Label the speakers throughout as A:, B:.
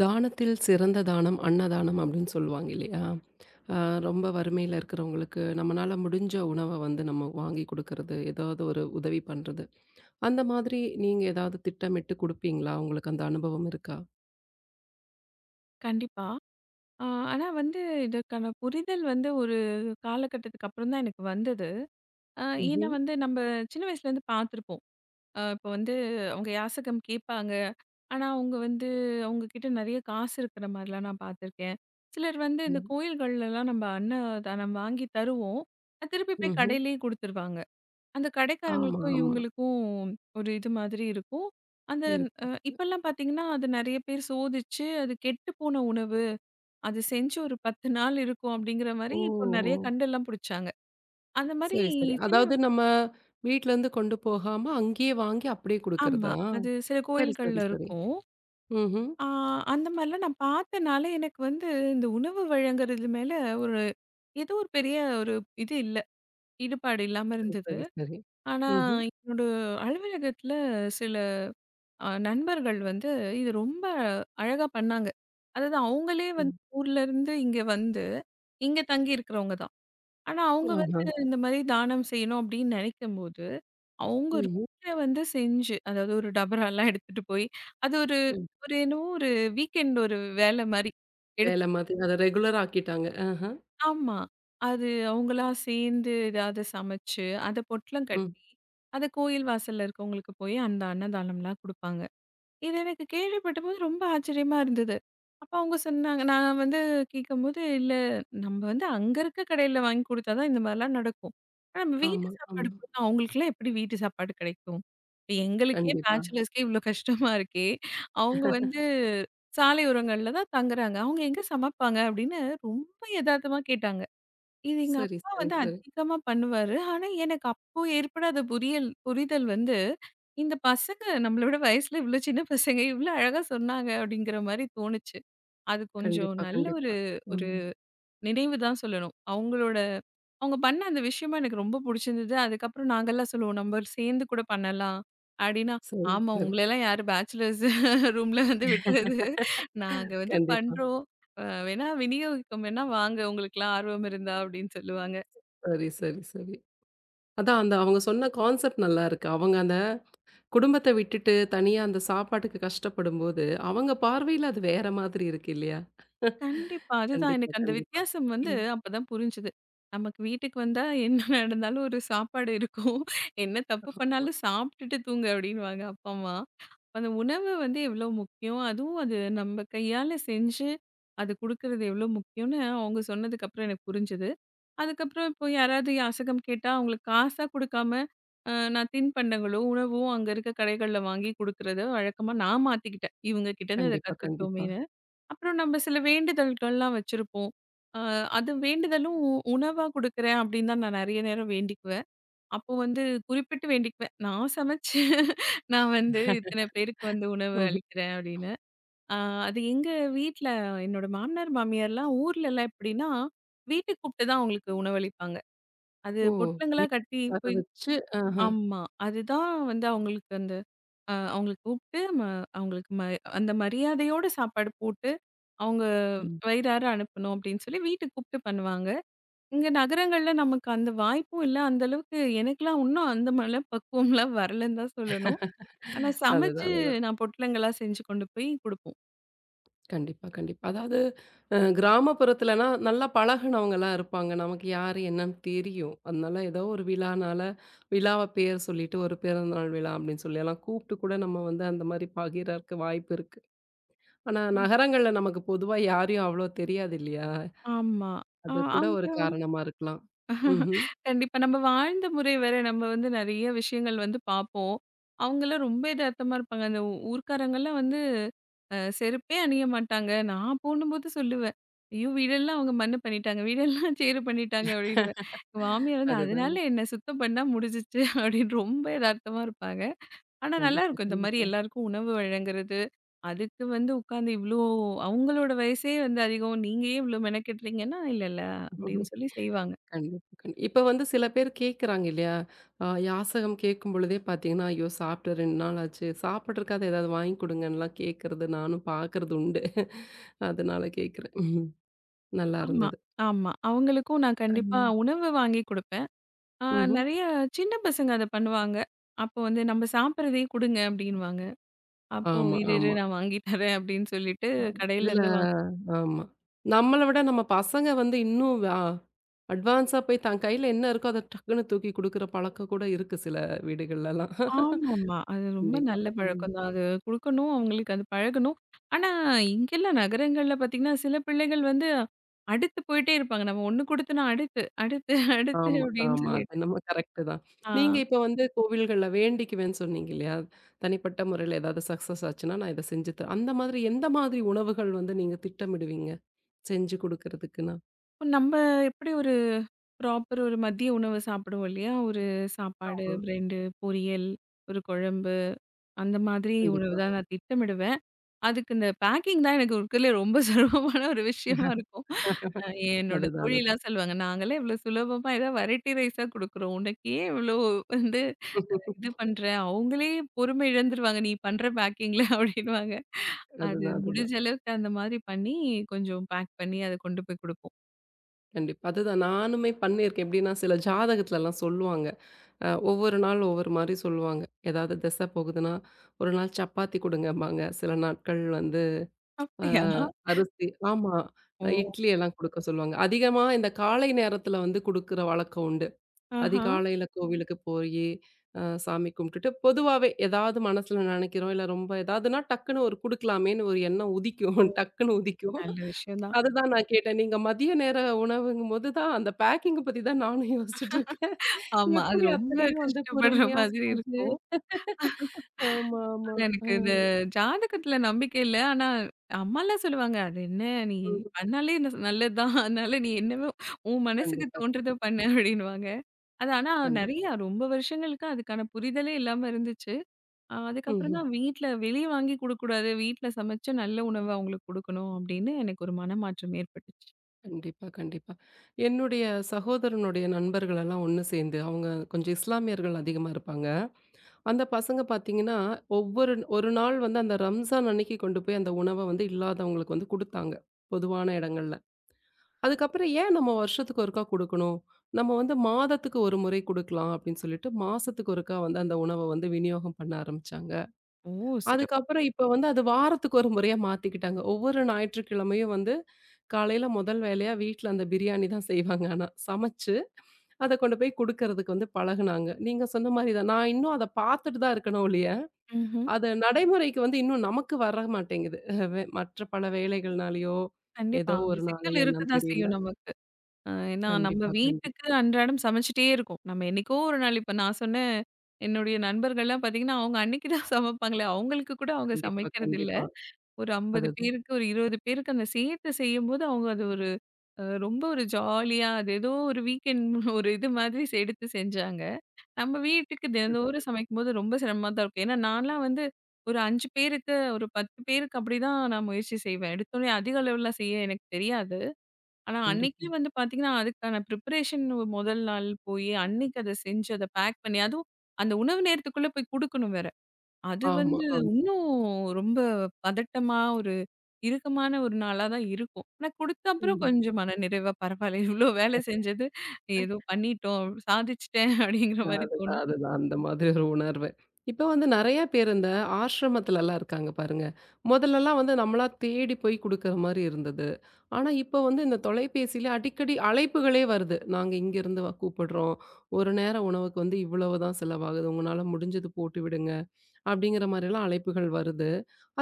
A: தானத்தில் சிறந்த தானம் அன்னதானம் அப்படின்னு சொல்லுவாங்க இல்லையா? அ ரொம்ப வறுமையில இருக்கிறவங்களுக்கு நம்மனால முடிஞ்ச உணவ வந்து நம்ம வாங்கி குடுக்கறது, ஏதாவது ஒரு உதவி பண்றது. அந்த மாதிரி நீங்க ஏதாவது திட்டமிட்டு குடுப்பீங்களா? உங்களுக்கு அந்த அனுபவம் இருக்கா?
B: கண்டிப்பா. அ ஆனா வந்து இதற்கான புரிதல் வந்து ஒரு காலகட்டத்துக்கு அப்புறம் தான் எனக்கு வந்தது. அ ஏன்னா
A: ம்ஹ்ம்.
B: வந்து நம்ப சின்ன வயசுலேருந்து பார்த்துருப்போம். இப்போ வந்து அவங்க யாசகம் கேட்பாங்க. ஆனா அவங்க வந்து அவங்க கிட்ட நெறைய காசு இருக்கிற மாரிலாம் நான் பார்த்துருக்கேன். சிலர் வந்து இந்த
A: ஆமா.
B: கோயில்கள்லலாம் நம்ம அன்னதானம் வாங்கி தருவோம். அது திருப்பி போய்
A: ம்ஹ்ம்.
B: கடையிலேயே குடுத்துருவாங்க. அந்த
A: ஆமா,
B: கடைக்காரங்களுக்கும்
A: ஆமா.
B: இவங்களுக்கும் ஒரு இது மாதிரி இருக்கும். அந்த
A: இருக்கு.
B: அ இப்பலாம் பார்த்தீங்கன்னா, அது நெறைய பேர் சோதிச்சு அது கெட்டுப்போன உணவு அது செஞ்சு ஒரு 10 நாள் இருக்கும் அப்படிங்கிற மாரி,
A: ஓ!
B: இப்போ நெறைய
A: ஓ!
B: கண்டெல்லாம் புடிச்சாங்க. அந்த மாரி
A: சரி, சரி.
B: சின்ன
A: அதாவது நம்ம வீட்லருந்து கொண்டு போகாம, அங்கேயே வாங்கி அப்படியே
B: ஆமா.
A: குடுக்கறதா?
B: அது சில
A: சரி, சரி,
B: கோயில்கள்ல
A: சரி.
B: இருக்கும்.
A: ம்ஹ்ம்.
B: ஆ அந்த மாரிலாம் நான் பார்த்தனால, எனக்கு வந்து இந்த உணவு வழங்குறது மேல ஒரு ஏதோ ஒரு பெரிய ஒரு இது இல்ல. ஈடுபாடு இல்லாம
A: சரி,
B: இருந்தது.
A: சரி, சரி.
B: ஆனா,
A: ம்ஹ்ம்.
B: என்னோட அலுவலகத்துல சில நண்பர்கள் வந்து இது ரொம்ப அழகா பண்ணாங்க. அதாவது அவங்களே வந்து
A: ம்.
B: ஊர்ல இருந்து இங்க வந்து, இங்க தங்கி இருக்கிறவங்க தான். ஆனா, அவங்க
A: ஆஹா.
B: வந்து இந்த மாரி தானம் செய்யணும் அப்படின்னு நெனைக்கும்போது, அவங்க
A: ம்ஹ்ம்.
B: ரொட்டிய வந்து செஞ்சு, அதாவது ஒரு டபராலாம் எடுத்துட்டு போய், அது ஒரு ஒரு என்னவோ ஒரு வீக்கெண்ட் ஒரு வேலை மாரி எடுத்து
A: வேல மாதிரி. அத ரெகுலர் ஆக்கிட்டாங்க. ஆஹ.
B: ஆமா. அது அவங்களா சேர்ந்து ஏதாவது சமைச்சு, அத பொட்டலம் கட்டி,
A: ம்.
B: அத கோயில் வாசல்ல இருக்கவங்களுக்கு போய் அந்த அன்னதானம்லாம் குடுப்பாங்க. இது எனக்கு கேள்விப்பட்டபோது ரொம்ப ஆச்சரியமா இருந்தது. அப்ப அவங்க சொன்னாங்க நான் வந்து கேட்கும்போது, "இல்ல நம்ம வந்து அங்க இருக்க கடையில வாங்கி குடுத்தா தான் இந்த மாரிலாம் நடக்கும். ஆனா நம்ம வீட்டு
A: ஆமா,
B: சாப்பாடு
A: ஆமா.
B: குடுத்தா அவங்களுக்குலாம் எப்படி வீட்டு சாப்பாடு கிடைக்கும்? இப்ப எங்களுக்கே
A: கண்டிப்பா.
B: பேச்சுலர்ஸ்க்கே இவ்ளோ கஷ்டமா இருக்கே! அவங்க வந்து சாலையோரங்கள்ல தான் தங்குறாங்க. அவங்க எங்க சமைப்பாங்க?" அப்படின்னு ரொம்ப எதார்த்தமா கேட்டாங்க. இது எங்க
A: சரி,
B: அப்பா
A: சரி,
B: வந்து
A: சரி.
B: அதிகமா பண்ணுவாரு. ஆனா, எனக்கு அப்போ ஏற்படாத புரிதல் வந்து, இந்த பசங்க நம்மள விட வயசுல இவ்ளோ சின்ன பசங்க, இவ்ளோ அழகா சொன்னாங்க அப்படிங்கிற மாரி தோணுச்சு. அது கொஞ்சம்
A: கண்டிப்பா,
B: நல்ல
A: கண்டிப்பா.
B: ஒரு ஒரு
A: ம்.
B: நினைவு தான் சொல்லணும். அவங்களோட அவங்க பண்ண அந்த விஷயமும் எனக்கு ரொம்ப புடிச்சிருந்தது. அதுக்கப்புறம் நாங்கலாம் சொல்லுவோம், "நம்ம சேர்ந்து கூட பண்ணலாம்." அப்படின்னா,
A: சரி,
B: "ஆமா
A: சரி.
B: உங்களலாம் யாரு பேச்சுலர்ஸ் ரூம்ல வந்து விடுறது? நாங்க வந்து
A: கண்டிப்பா.
B: பண்றோம். வேணா விநியோகிக்கம் வேணா வாங்க, உங்களுக்குலாம் ஆர்வம் இருந்தா" அப்படின்னு சொல்லுவாங்க.
A: சரி, சரி, சரி. அதான் அந்த அவங்க சொன்ன கான்செப்ட் நல்லா இருக்கு. அவங்க அந்த குடும்பத்த விட்டுட்டு தனியா அந்த சாப்பாட்டுக்கு கஷ்டப்படும்போது, அவங்க பார்வையில அது வேற மாதிரி இருக்கு இல்லையா?
B: கண்டிப்பா. அதுதான்
A: கண்டிப்பா,
B: எனக்கு அந்த
A: கண்டிப்பா.
B: வித்தியாசம் வந்து
A: ம்.
B: அப்பதான் புரிஞ்சுது. நமக்கு வீட்டுக்கு வந்தா என்ன நடந்தாலும் ஒரு சாப்பாடு இருக்கும். என்ன தப்பு பண்ணாலும் சாப்பிட்டுட்டு தூங்கு அப்டின்னுவாங்க அப்பா, அம்மா. அந்த உணவு வந்து எவ்ளோ முக்கியம். அதுவும் அது நம்ம கையால செஞ்சு அது குடுக்குறது எவ்ளோ முக்கியம்னு அவங்க சொன்னதுக்கப்புறம் எனக்கு புரிஞ்சுது. அதுக்கப்புறம் இப்போ யாராவது யாசகம் கேட்டா அவங்களுக்கு காசா குடுக்காம, நான் தின்பண்டங்களோ, உணவோ அங்க இருக்க கடைகள்ல வாங்கி குடுக்குறத வழக்கமா நான் மாத்திக்கிட்டேன். இவங்க கிட்டேருந்து அத
A: கண்டிப்பா,
B: கத்துக்கிட்டோமே
A: கண்டிப்பா.
B: அப்புறம் நம்ம சில வேண்டுதல்கள்லாம் வச்சிருப்போம். அ அது வேண்டுதலும் உணவா குடுக்குறேன் அப்படின்னு தான் நான் நெறைய நேரம் வேண்டிக்குவேன். அப்போ வந்து குறிப்பிட்டு வேண்டிக்குவேன். நான் சமைச்சு நான் வந்து இத்தன பேருக்கு வந்து உணவு
A: ம்ஹ்ம்.
B: அளிக்கிறேன் அப்படின்னு. அ அது எங்க வீட்ல என்னோட மாமனார், மாமியார்லாம் ஊர்லலாம் எப்படின்னா, வீட்டுக்கு கூப்பிட்டு தான் அவங்களுக்கு உணவளிப்பாங்க. அது
A: ஓ!
B: பொட்டலங்களா கட்டி
A: வீட்டுக்கு வர
B: போய்
A: வச்சு ஆஹ.
B: ஆமா. அதுதான் வந்து அவங்களுக்கு அந்த அவங்கள கூப்பிட்டு அவங்களுக்கு அந்த மரியாதையோட சாப்பாடு போட்டு, அவங்க
A: ம்.
B: வயிறார அனுப்பணும் அப்படின்னு சொல்லி வீட்டுக்கு கூப்பிட்டு பண்ணுவாங்க. இங்க நகரங்கள்ல நமக்கு அந்த வாய்ப்பும் இல்ல. அந்த அளவுக்கு எனக்கெல்லாம் இன்னும் அந்த மனப் பக்குவம்லாம் வரலன்னு தான் சொல்லணும். ஆனா சமைச்சு
A: அதுதான்.
B: நான் பொட்டலங்கள்லாம் செஞ்சு கொண்டு போய் குடுப்போம்.
A: கண்டிப்பா, கண்டிப்பா. அதாவது கிராமப்புறத்துலனா நல்லா பழகுனவங்களா இருப்பாங்க. நமக்கு யாரு என்னன்னு தெரியும். அதனால ஏதோ ஒரு விழானால, விழாவ பேர் சொல்லிட்டு ஒரு பிறந்த நாள் விழா அப்படின்னு சொல்லி எல்லாம் கூப்பிட்டு கூட நம்ம வந்து அந்த மாரி பகிரக்கு வாய்ப்பு இருக்கு. ஆனா
B: ம்.
A: நகரங்கள்ல நமக்கு பொதுவா யாரையும் அவ்வளோ தெரியாது இல்லையா?
B: ஆமா. அ
A: அது கூட
B: அவங்க
A: ஒரு காரணமா இருக்கலாம். ம்ஹ்ம்.
B: கண்டிப்பா. நம்ம வாழ்ந்த முறை வேற. நம்ம வந்து நெறைய விஷயங்கள் வந்து பார்ப்போம். அவங்கலாம் ரொம்ப எதார்த்தமா இருப்பாங்க. அந்த ஊர்க்காரங்கலாம் வந்து செருப்பே அணிய மாட்டாங்க. நான் போணும்போது சொல்லுவேன். "ஐயோ! வீடெல்லாம் அவங்க மண்ணு பண்ணிட்டாங்க. வீடெல்லாம் சேறு பண்ணிட்டாங்க" அப்படின்னுவேன். எங்க மாமியார் வந்து
A: அதுதான்.
B: "அதனால என்ன? சுத்தம் பண்ணா முடிஞ்சிச்சு" அப்படின்னு ரொம்ப எதார்த்தமா இருப்பாங்க. ஆனா
A: கண்டிப்பா,
B: நல்லாயிருக்கும். இந்த மாரி
A: கண்டிப்பா.
B: எல்லாருக்கும் உணவு வழங்குறது. அதுக்கு வந்து உட்காந்து இவ்ளோ அவங்களோட வயசே வந்து அதிகம். நீங்க ஏன் இவ்ளோ மெனக்கெடுறீங்கன்னா, "இல்ல, இல்ல" அப்படின்னு சொல்லி செய்வாங்க.
A: கண்டிப்பா, இப்ப வந்து சில பேர் கேட்குறாங்க இல்லையா? யாசகம் கேட்கும் பொழுதே பார்த்தீங்கன்னா, "ஐயோ! சாப்பிட்டு 2 நாள் ஆச்சு. சாப்பிட்றக்காவது ஏதாவது வாங்கி குடுங்கன்லாம்" கேட்கறது நானும் பார்க்கறது உண்டு. அதனால கேட்கிறேன். ம். நல்லா
B: ஆமா,
A: இருந்தது.
B: ஆமா. அவங்களுக்கும் நான் கண்டிப்பா
A: ம்.
B: உணவு வாங்கி குடுப்பேன். அ
A: ம்ஹ்ம்.
B: நெறைய சின்ன பசங்க அத பண்ணுவாங்க. அப்போ வந்து "நம்ம சாப்பிடுறதே குடுங்க" அப்படின்னுவாங்க. அப்போ
A: ஆமா,
B: "இரு, இரு
A: ஆமா,
B: நான் வாங்கி தரேன்" அப்படின்னு சொல்லிட்டு
A: ஆமா. இதுல
B: கடையிலேருந்து வாங்கி
A: ஆமா. நம்மள விட நம்ம பசங்க வந்து இன்னும் அட்வான்ஸா போய் தன் கையில என்ன இருக்கோ அத டக்குன்னு தூக்கி குடுக்குற பழக்கம் கூட இருக்கு சில வீடுகள்லலாம்.
B: ஆமாமா. அது ரொம்ப
A: கண்டிப்பா.
B: நல்ல
A: ம்.
B: பழக்கம் தான். அது குடுக்கணும், அவங்களுக்கு அது பழகணும். ஆனா, இங்கெல்லாம் நகரங்கள்ல பார்த்தீங்கன்னா, சில பிள்ளைகள் வந்து அடுத்து போயிட்டே இருப்பாங்க. நம்ம ஒண்ணு குடுத்தோம்னா அடுத்து, அடுத்து, அடுத்து
A: ஆமா,
B: அப்படின்னு
A: ஆமா. அது
B: சொல்லிட்டு.
A: என்னமோ கரெக்ட்டு தான்.
B: ஆ.
A: நீங்க இப்ப வந்து கோவில்கள்ல வேண்டிக்குவேன்னு சொன்னீங்க இல்லையா? தனிப்பட்ட முறையில ஏதாவது சக்சஸ் ஆச்சுன்னா, நான் இத செஞ்சு தரேன். அந்த மாதிரி எந்த மாதிரி உணவுகள் வந்து நீங்க திட்டமிடுவீங்க? செஞ்சு குடுக்கறதுக்குன்னா?
B: இப்ப நம்ம எப்படி ஒரு ப்ராப்பர் ஒரு மதிய உணவு சாப்பிடுவோம் இல்லையா? ஒரு சாப்பாடு,
A: ஆமா.
B: பிரெண்டு, பொரியல், ஒரு குழம்பு அந்த மாதிரி உணவு
A: கண்டிப்பா.
B: தான் நான் திட்டமிடுவேன். அதுக்கு இந்த பேக்கிங் தான் எனக்கு இருக்கிறதுலே ரொம்ப சுலபமான ஒரு விஷயமா இருக்கும். அ என்னோட
A: அதுதான், அதுதான்.
B: தோழிலாம் சொல்லுவாங்க, "நாங்கலாம் இவ்வளோ சுலபமா ஏதாவது வெரைட்டி ரைஸா குடுக்குறோம். உனக்கு ஏன் இவ்வளோ வந்து இது பண்ற? அவங்களே பொறுமை இழந்துருவாங்க நீ பண்ற பேக்கிங்ல" அப்படின்னுவாங்க. அது
A: அதுதான், அதுதான்.
B: முடிஞ்ச அளவுக்கு அந்த மாதிரி பண்ணி கொஞ்சம் பேக் பண்ணி அத கொண்டு போய் குடுப்போம்.
A: கண்டிப்பா. அதுதான் நானுமே பண்ணியிருக்கேன். எப்படின்னா, சில ஜாதகத்துலலாம் சொல்லுவாங்க. ஒவ்வொரு நாள் ஒவ்வொரு மாரி சொல்லுவாங்க. ஏதாவது திசை போகுதுன்னா, ஒரு நாள் சப்பாத்தி குடுங்கம்பாங்க. சில நாட்கள் வந்து அ
B: அப்படியா?
A: அரிசி. ஆமா.
B: ஓ!
A: இட்லி எல்லாம் குடுக்க சொல்லுவாங்க. அதிகமா இந்த காலை நேரத்துல வந்து குடுக்குற வழக்கம் உண்டு.
B: ஆஹா!
A: அதிகாலையில கோவிலுக்கு போயி, சாமி கும்பிட்டுட்டு பொதுவாவே ஏதாவது மனசுல நெனைக்கிறோம், இல்ல ரொம்ப ஏதாவதுன்னா டக்குன்னு ஒரு குடுக்கலாமேன்னு ஒரு எண்ணம் உதிக்கும்.
B: ஓ!
A: டக்குன்னு உதிக்கும்.
B: நல்ல விஷயம் தான்.
A: அதுதான் நான் கேட்டேன். நீங்க மதிய நேர உணவுங்கும்போது தான் அந்த பேக்கிங்க பத்தி தான் நானும் யோசிச்சுட்டு இருக்கேன்.
B: ஆமா. அது
A: எப்படி
B: ரொம்ப
A: அத்தனையும் வந்து
B: கஷ்டப்படுற
A: பொறுமையா
B: மாதிரி
A: செஞ்சு
B: இருக்கும்.
A: ஆமா, ஆமா.
B: ஆனா
A: அ.
B: எனக்கு இந்த ஜாதகத்துல நம்பிக்கை இல்ல. ஆனா அம்மாலாம் சொல்லுவாங்க, "அது என்ன நீ பண்ணாலே நல்லது தான். அதனால நீ என்னவோ உன் மனசுக்கு
A: கண்டிப்பா,
B: தோன்றத
A: கண்டிப்பா.
B: பண்ணு" அப்படின்னுவாங்க. அது ஆனா
A: கண்டிப்பா.
B: நெறையா ரொம்ப வருஷங்களுக்கு அதுக்கான புரிதலே இல்லாம இருந்துச்சு. அதுக்கப்புறம்
A: ம்ஹ்ம்.
B: தான் வீட்ல வெளிய வாங்கி குடுக்கக்கூடாது. வீட்ல சமைச்சு நல்ல உணவு அவங்களுக்கு குடுக்கணும் அப்படின்னு எனக்கு ஒரு மனமாற்றம் ஏற்பட்டுச்சு.
A: கண்டிப்பா, கண்டிப்பா. என்னுடைய சகோதரனுடைய நண்பர்கள் எல்லாம் ஒண்ணு சேர்ந்து, அவங்க கொஞ்சம் இஸ்லாமியர்கள் அதிகமா இருப்பாங்க. அந்த பசங்க பார்த்தீங்கன்னா, ஒவ்வொரு ஒரு நாள் வந்து அந்த ரம்ஜான் அன்னைக்கு கொண்டு போய் அந்த உணவ வந்து இல்லாதவங்களுக்கு வந்து குடுத்தாங்க. பொதுவான இடங்கள்ல. அதுக்கப்புறம் ஏன் நம்ம வருஷத்துக்கு ஒருக்கா குடுக்கணும்? நம்ம வந்து மாதத்துக்கு ஒரு முறை குடுக்கலாம் அப்படின்னு சொல்லிட்டு, மாசத்துக்கு ஒருக்கா வந்து அந்த உணவ வந்து விநியோகம் பண்ண ஆரம்பிச்சாங்க.
B: ஓ! சிறப்பு.
A: அதுக்கப்புறம் இப்ப வந்து அது வாரத்துக்கு ஒரு முறையா மாத்திக்கிட்டாங்க. ஒவ்வொரு ஞாயிற்றுக்கிழமையும் வந்து காலையில முதல் வேலையா வீட்ல அந்த பிரியாணி தான் செய்வாங்க ஆனா. சமைச்சு அத கொண்டு போய் குடுக்கறதுக்கு வந்து பழகுனாங்க. நீங்க சொன்ன மாரி தான். நான் இன்னும் அத பார்த்துட்டு தான் இருக்கணும் ஒழிய,
B: ம்ஹ்ம்.
A: அது நடைமுறைக்கு வந்து இன்னும் நமக்கு வர மாட்டேங்குது. மற்ற பல வேலைகள்னாலயோ,
B: கண்டிப்பா.
A: ஏதோ
B: அந்த
A: ஒரு
B: சிக்கல்
A: நாளையோ என்னன்னு
B: இருக்கத்தான்
A: தெரியல.
B: செய்யும் நமக்கு. ஏன்னா, நம்ம
A: கண்டிப்பா, கண்டிப்பா,
B: வீட்டுக்கு அன்றாடம் சமைச்சுட்டே இருக்கோம். நம்ம என்னைக்கோ ஒரு நாள் இப்ப நான் சொன்ன என்னுடைய நண்பர்கள்லாம் பார்த்தீங்கன்னா, அவங்க அன்னைக்கு தான் சமைப்பாங்களே! அவங்களுக்கு கூட அவங்க
A: கண்டிப்பா,
B: சமைக்கிறதில்ல.
A: கண்டிப்பா.
B: ஒரு 50
A: அதுதான்,
B: பேருக்கு, ஒரு 20 பேருக்கு அந்த சேர்த்து செய்யும்போது, அவங்க அது ஒரு ரொம்ப ஒரு ஜாலியா அது ஏதோ ஒரு வீக்கெண்ட் ஒரு இது மாதிரி எடுத்து செஞ்சாங்க. நம்ம வீட்டுக்கு தினந்தோறும்
A: அதுதான்.
B: சமைக்கும்போது ரொம்ப சிரமமா தான் இருக்கும். ஏன்னா, நான்லாம் வந்து ஒரு 5 பேருக்கு, ஒரு 10 பேருக்கு அப்படிதான் நான் முயற்சி செய்வேன். எடுத்தோனே அதிக அளவுலாம் செய்ய எனக்கு தெரியாது. ஆனா, அன்னைக்கே
A: கண்டிப்பா.
B: வந்து பார்த்தீங்கன்னா, அதுக்கான ப்ரிப்பரேஷன் முதல் நாள் போயி, அன்னைக்கு அத செஞ்சு, அத பேக் பண்ணி, அதுவும் அந்த உணவு நேரத்துக்குள்ள போய் குடுக்கணும் வேற. அது
A: ஆமா,
B: வந்து
A: ஆமா.
B: இன்னும் ரொம்ப பதட்டமா, ஒரு இறுக்கமான ஒரு நாளா தான் இருக்கும். ஆனா, குடுத்த அப்புறம்
A: கண்டிப்பா.
B: கொஞ்சம் மனநிறைவா, "பரவால்ல இவ்ளோ வேலை செஞ்சது, ஏதோ பண்ணிட்டோம், சாதிச்சுட்டேன்" அப்படிங்கிற மாரி
A: அதுதான்,
B: தோணும்.
A: அதுதான். அந்த மாதிரி ஒரு உணர்வு. இப்ப வந்து நெறைய பேர் இந்த ஆசிரமத்துலலாம் இருக்காங்க பாருங்க. முதல்லலாம் வந்து நம்மளா தேடி போய் குடுக்குற மாரி இருந்தது. ஆனா, இப்ப வந்து இந்த தொலைபேசியில அடிக்கடி அழைப்புகளே வருது. நாங்க இங்கேருந்து கூப்பிடுறோம். ஒரு நேரம் உணவுக்கு வந்து இவ்வளவு தான் செலவாகுது. உங்கனால முடிஞ்சது போட்டு விடுங்க. அப்படிங்கிற மாரிலாம் அழைப்புகள் வருது.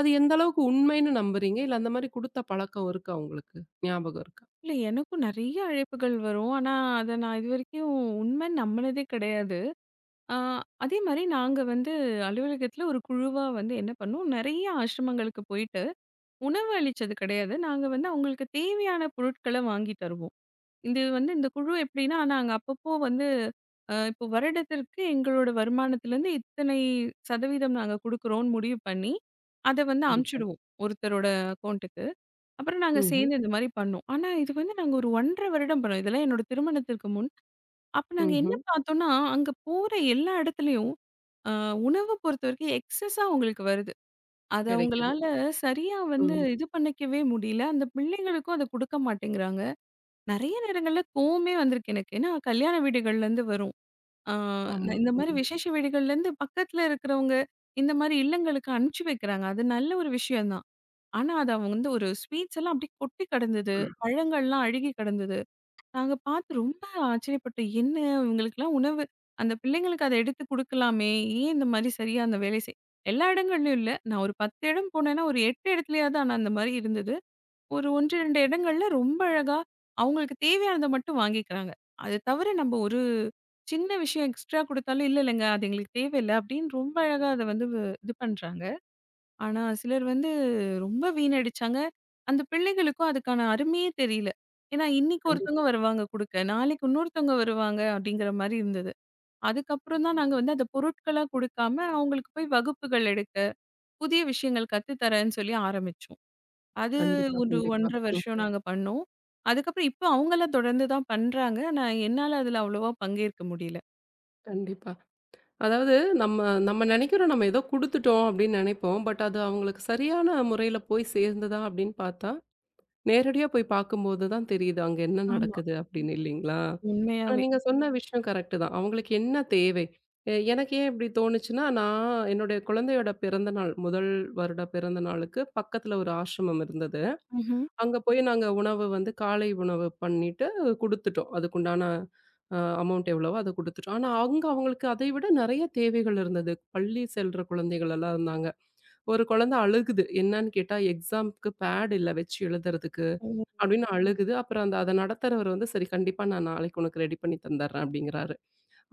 A: அது எந்த அளவுக்கு உண்மைன்னு நம்புறீங்க? இல்ல அந்த மாரி குடுத்த பழக்கம் இருக்கா உங்களுக்கு? ஞாபகம் இருக்கா?
B: இல்ல எனக்கும் நெறைய அழைப்புகள் வரும். ஆனா, அத நான் இதுவரைக்கும் உண்மைன்னு நம்புனதே கிடையாது. ஆ, அதே மாரி நாங்க வந்து அலுவலகத்துல ஒரு குழுவா வந்து என்ன பண்ணோம், நெறைய ஆசிரமங்களுக்கு போயிட்டு உணவு அளிச்சது கிடையாது. நாங்க வந்து அவங்களுக்கு தேவையான பொருட்கள வாங்கி தருவோம். இது வந்து இந்த குழு எப்படின்னா, நாங்க அப்பப்போ வந்து இப்போ வருடத்திற்கு எங்களோட வருமானத்திலருந்து இத்தனை சதவீதம் நாங்க குடுக்குறோம்னு முடிவு பண்ணி, அத வந்து
A: கண்டிப்பா.
B: அனுப்பிச்சுடுவோம் ஒருத்தரோட அக்கவுண்டுக்கு. அப்புறம் நாங்க
A: ம்ஹ்ம்.
B: சேர்ந்து இந்த மாரி பண்ணோம். ஆனா இது வந்து நாங்க ஒரு 1 1/2 வருடம் பண்ணோம். இதெல்லாம் என்னோட திருமணத்திற்கு முன் அப்ப நாங்க
A: ம்ஹ்ம்.
B: என்ன பார்த்தோம்னா, அங்க போற எல்லா இடத்துலயும், அ உணவ பொறுத்தவரைக்கும் எக்ஸஸா அவங்களுக்கு வருது. அத
A: கிடைக்குது.
B: அவங்களால சரியா வந்து
A: ம்.
B: இது பண்ணிக்கவே முடியல. அந்த பிள்ளைங்களுக்கும் அத குடுக்க மாட்டேங்கிறாங்க. நெறைய நேரங்கள்ல கோவமே வந்திருக்கு எனக்கு. ஏன்னா கல்யாண வீடுகள்லேருந்து வரும். அ
A: ஆமா.
B: இந்த மாரி
A: ம்.
B: விசேஷ வீடுகள்லேருந்து பக்கத்துல இருக்கிறவங்க, இந்த மாரி இல்லங்களுக்கு அனுப்பிச்சு வைக்கிறாங்க. அது நல்ல ஒரு விஷயம் தான். ஆனா, அது அவங்க வந்து ஒரு ஸ்வீட்ஸ் எல்லாம் அப்படியே கொட்டி கடந்தது. பழங்கள்லாம் அழுகி கடந்தது. நாங்க பார்த்து ரொம்ப ஆச்சரியப்பட்டோம். என்ன இவங்களுக்கெல்லாம் உணவு அந்த பிள்ளைங்களுக்கு அத எடுத்து குடுக்கலாமே! ஏன் இந்த மாரி சரியா அந்த வேலை செய் எல்லா இடங்கள்லயும் இல்ல. நான் ஒரு 10 இடம் போனேன்னா, ஒரு 8 இடத்துலயாவது ஆனா அந்த மாரி இருந்தது. ஒரு 1, 2 இடங்கள்ல ரொம்ப அழகா அவங்களுக்கு தேவையானத மட்டும் வாங்கிக்கிறாங்க. அது தவிர நம்ம ஒரு சின்ன விஷயம் எக்ஸ்ட்ரா குடுத்தாலும், "இல்ல இல்லங்க அது எங்களுக்கு தேவையில்ல" அப்படின்னு ரொம்ப அழகா அத வந்து இது பண்றாங்க. ஆனா, சிலர் வந்து ரொம்ப வீணடிச்சாங்க. அந்த பிள்ளைகளுக்கும் அதுக்கான அருமையே தெரியல. ஏன்னா, இன்னைக்கு
A: கண்டிப்பா.
B: ஒருத்தவங்க வருவாங்க குடுக்க, நாளைக்கு இன்னொருத்தவங்க வருவாங்க அப்படிங்கிற மாரி இருந்தது. அதுக்கப்புறம் தான் நாங்க வந்து அத பொருட்களா குடுக்காம, அவங்களுக்கு போய் வகுப்புகள் எடுக்க, புதிய விஷயங்கள் கத்து தரேன்னு சொல்லி ஆரம்பிச்சோம். அது
A: கண்டிப்பா,
B: ஒரு 1
A: கண்டிப்பா.
B: 1/2
A: ம்.
B: வருஷம் நாங்க பண்ணோம். அதுக்கப்புறம் இப்போ அவங்கலாம் தொடர்ந்து தான் பண்றாங்க. ஆனா, என்னால அதுல அவ்வளவா பங்கேற்க முடியல.
A: கண்டிப்பா. அதாவது நம்ம நம்ம நெனைக்கிறோம் நம்ம ஏதோ குடுத்துட்டோம் அப்படின்னு நெனைப்போம். பட் அது அவங்களுக்கு சரியான முறையில போய் சேர்ந்ததா அப்படின்னு பார்த்தா, நேரடியா போய் பார்க்கும்போது தான் தெரியுது அங்க என்ன
B: ஆமா.
A: நடக்குது அப்படின்னு இல்லைங்களா? ஆனா
B: உண்மையாவே.
A: நீங்க சொன்ன விஷயம் கரெக்ட்டு தான். அவங்களுக்கு என்ன தேவை? எனக்கு ஏன் இப்படி தோணுச்சுன்னா, நான் என்னுடைய குழந்தையோட பிறந்த நாள், முதல் வருட பிறந்த நாளுக்கு பக்கத்துல ஒரு ஆசிரமம் இருந்தது.
B: ம்ஹ்ம்.
A: அங்க போய் நாங்க உணவு வந்து காலை உணவு பண்ணிட்டு குடுத்துட்டோம். அதுக்குண்டான அமௌண்ட் எவ்வளவோ அத குடுத்துட்டோம். ஆனா, அங்க அவங்களுக்கு அதை விட நெறைய தேவைகள் இருந்தது. பள்ளி செல்ற குழந்தைகள் எல்லாம் இருந்தாங்க. ஒரு குழந்தை அழுகுது. என்னன்னு கேட்டா, எக்ஸாம்க்கு பேட் இல்ல வச்சு எழுதுறதுக்கு
B: ஓ!
A: அப்படின்னு அழுகுது. அப்புறம் அந்த அத நடத்துறவர் வந்து, "சரி கண்டிப்பா நான் நாளைக்கு உனக்கு ரெடி பண்ணி தந்தர்றேன்" அப்படிங்கிறாரு.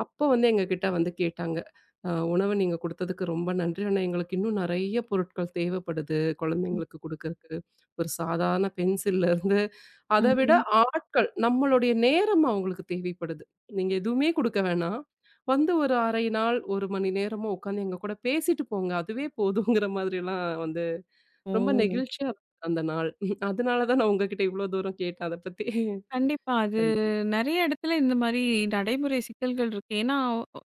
A: அப்போ வந்து எங்ககிட்ட வந்து கேட்டாங்க. "உணவு நீங்க குடுத்ததுக்கு ரொம்ப நன்றி. ஆனா எங்களுக்கு இன்னும் நெறைய பொருட்கள் தேவைப்படுது. குழந்தைங்களுக்கு குடுக்கறக்கு." ஒரு சாதாரண பென்சில்லருந்து அத விட
B: ம்ஹ்ம்.
A: ஆட்கள், நம்மளுடைய நேரம் அவங்களுக்கு தேவைப்படுது. நீங்க எதுவுமே குடுக்க வேணாம். வந்து ஒரு 1/2 நாள், 1 மணி நேரமோ உட்காந்து எங்க கூட பேசிட்டு போங்க. அதுவே போதுங்கிற மாதிரிலாம் வந்து ரொம்ப
B: ஓ!
A: நெகிழ்ச்சியா இருந்தது அந்த நாள். உம், அதனால தான் நான் உங்ககிட்ட இவ்ளோ தூரம் கேட்டேன் அத பத்தி.
B: கண்டிப்பா. அது
A: கண்
B: நெறைய இடத்துல இந்த மாரி நடைமுறை சிக்கல்கள் இருக்கு. ஏன்னா,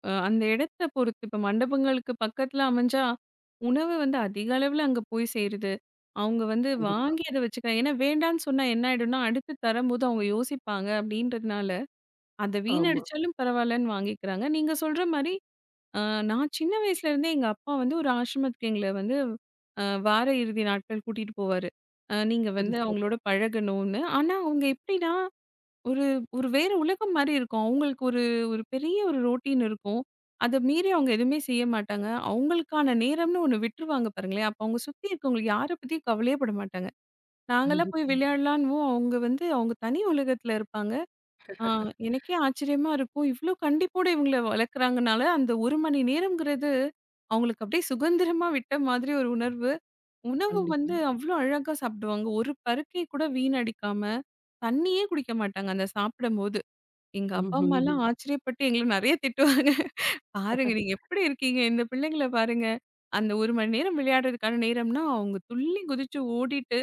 B: அந்த இடத்த பொறுத்து இப்ப மண்டபங்களுக்கு பக்கத்துல அமைஞ்சா, உணவு வந்து அதிக அளவுல அங்க போய் சேருது. அவங்க வந்து
A: கண்டிப்பா.
B: வாங்கி அத வச்சுக்கிறாங்க. ஏன்னா வேண்டான்னு சொன்னா என்ன ஆயிடும்னா, அடுத்து தரம்போது அவங்க யோசிப்பாங்க அப்படின்றதுனால, அத
A: ஆமா.
B: வீணடிச்சாலும் பரவாயில்லன்னு வாங்கிக்கிறாங்க. நீங்க சொல்ற மாரி, அ நான் சின்ன வயசுல இருந்தே எங்க அப்பா வந்து ஒரு ஆசிரமத்துக்கு எங்கள வந்து வார இறுதி நாட்கள் கூட்டிட்டு போவாரு. நீங்க
A: சரி,
B: வந்து
A: சரி.
B: அவங்களோட பழகணும்னு. ஆனா அவங்க எப்படின்னா ஒரு ஒரு வேற உலகம் மாரி இருக்கும். அவங்களுக்கு ஒரு ஒரு பெரிய ஒரு ரொட்டீன் இருக்கும். அத மீறி அவங்க எதுவுமே செய்ய மாட்டாங்க. அவங்களுக்கான நேரம்னு ஒண்ணு விட்டுருவாங்க பாருங்களேன். அப்ப அவங்க சுத்தி இருக்கவங்க யார பத்தியும் கவலையே பட மாட்டாங்க. நாங்கலாம் போய்
A: கண்டிப்பா,
B: விளையாடலான்னுவோம். அவங்க வந்து அவங்க தனி உலகத்துல இருப்பாங்க. ஆ எனக்கே ஆச்சரியமா இருக்கும். இவ்ளோ கண்டிப்போட இவங்கள வளர்க்குறாங்கனால, அந்த 1 மணி நேரம்ங்கிறது அவங்களுக்கு அப்படியே சுதந்திரமா விட்ட மாதிரி ஒரு உணர்வு. உணவு
A: கண்டிப்பா.
B: வந்து அவ்ளோ அழகா சாப்பிடுவாங்க. ஒரு பருக்கை கூட வீணடிக்காம, தண்ணியே குடிக்க மாட்டாங்க அந்த சாப்பிடும்போது. எங்க அப்பா,
A: ம்ஹ்ஹ்ம்.
B: அம்மாலாம் ஆச்சரியப்பட்டு எங்கள நெறைய திட்டுவாங்க. "பாருங்க நீங்க எப்படி இருக்கீங்க? இந்த பிள்ளைங்கள பாருங்க. அந்த 1 மணி நேரம் விளையாடுறதுக்கான நேரம்னா, அவங்க துள்ளி குதிச்சு ஓடிட்டு,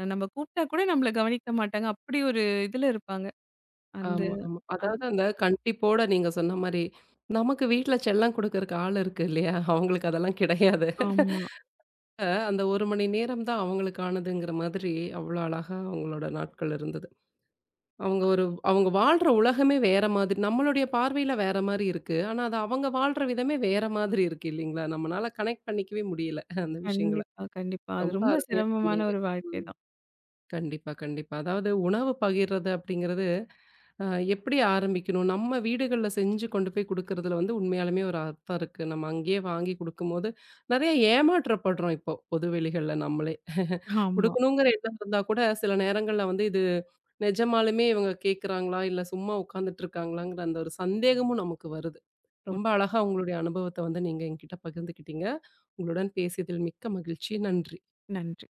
B: நம்ம கூப்பிட்டா கூட நம்மள கவனிக்க மாட்டாங்க." அப்படி ஒரு இதுல இருப்பாங்க. அந்த
A: ஆமா, ஆமா.
B: அது
A: அதாவது அந்த கண்டிப்போட நீங்க சொன்ன மாரி, நமக்கு வீட்ல செல்லம் குடுக்கறக்கு ஆள் இருக்கு இல்லையா? அவங்களுக்கு அதெல்லாம் கிடையாது.
B: ஆமா.
A: அந்த 1 மணி நேரம் தான் அவங்களுக்கானதுங்கிற மாதிரி அவ்ளோ அழகா அவங்களோட நாட்கள் இருந்தது. அவங்க ஒரு அவங்க வாழ்ற உலகமே வேற மாதிரி நம்மளுடைய பார்வையில வேற மாரி இருக்கு. ஆனா அது அவங்க வாழ்ற விதமே வேற மாதிரி இருக்கு இல்லைங்களா? நம்மனால கனெக்ட் பண்ணிக்கவே முடியல அந்த விஷயங்கள.
B: கண்டிப்பா, கண்டிப்பா. அது
A: ரொம்ப
B: ரொம்ப
A: அருமையா
B: சிரமமான
A: சொன்னீங்க.
B: ஒரு வாழ்க்கை
A: ம்.
B: தான்.
A: கண்டிப்பா, கண்டிப்பா. அதாவது உணவு பகிர்றது அப்படிங்கிறது அ எப்படி ஆரம்பிக்கணும்? நம்ம வீடுகள்ல செஞ்சு கொண்டு போய் குடுக்குறதுல வந்து உண்மையாலுமே ஒரு அர்த்தம் இருக்கு. நம்ம அங்கேயே வாங்கி குடுக்கும்போது, நெறைய ஏமாற்றப்படுறோம் இப்போ, பொது வெளிகள்ல நம்மளே.
B: ஆமா.
A: குடுக்கணுங்கிற எண்ணம் இருந்தா கூட, சில நேரங்கள்ல வந்து இது நிஜமாலுமே இவங்க கேட்குறாங்களா? இல்ல சும்மா உட்காந்துட்டு இருக்காங்களாங்கிற அந்த ஒரு சந்தேகமும் நமக்கு வருது.
B: ம்.
A: ரொம்ப அழகா உங்களுடைய அனுபவத்த வந்து நீங்க என்கிட்ட பகிர்ந்துக்கிட்டீங்க. உங்களுடன் பேசியதில் மிக்க மகிழ்ச்சி. நன்றி.
B: நன்றி.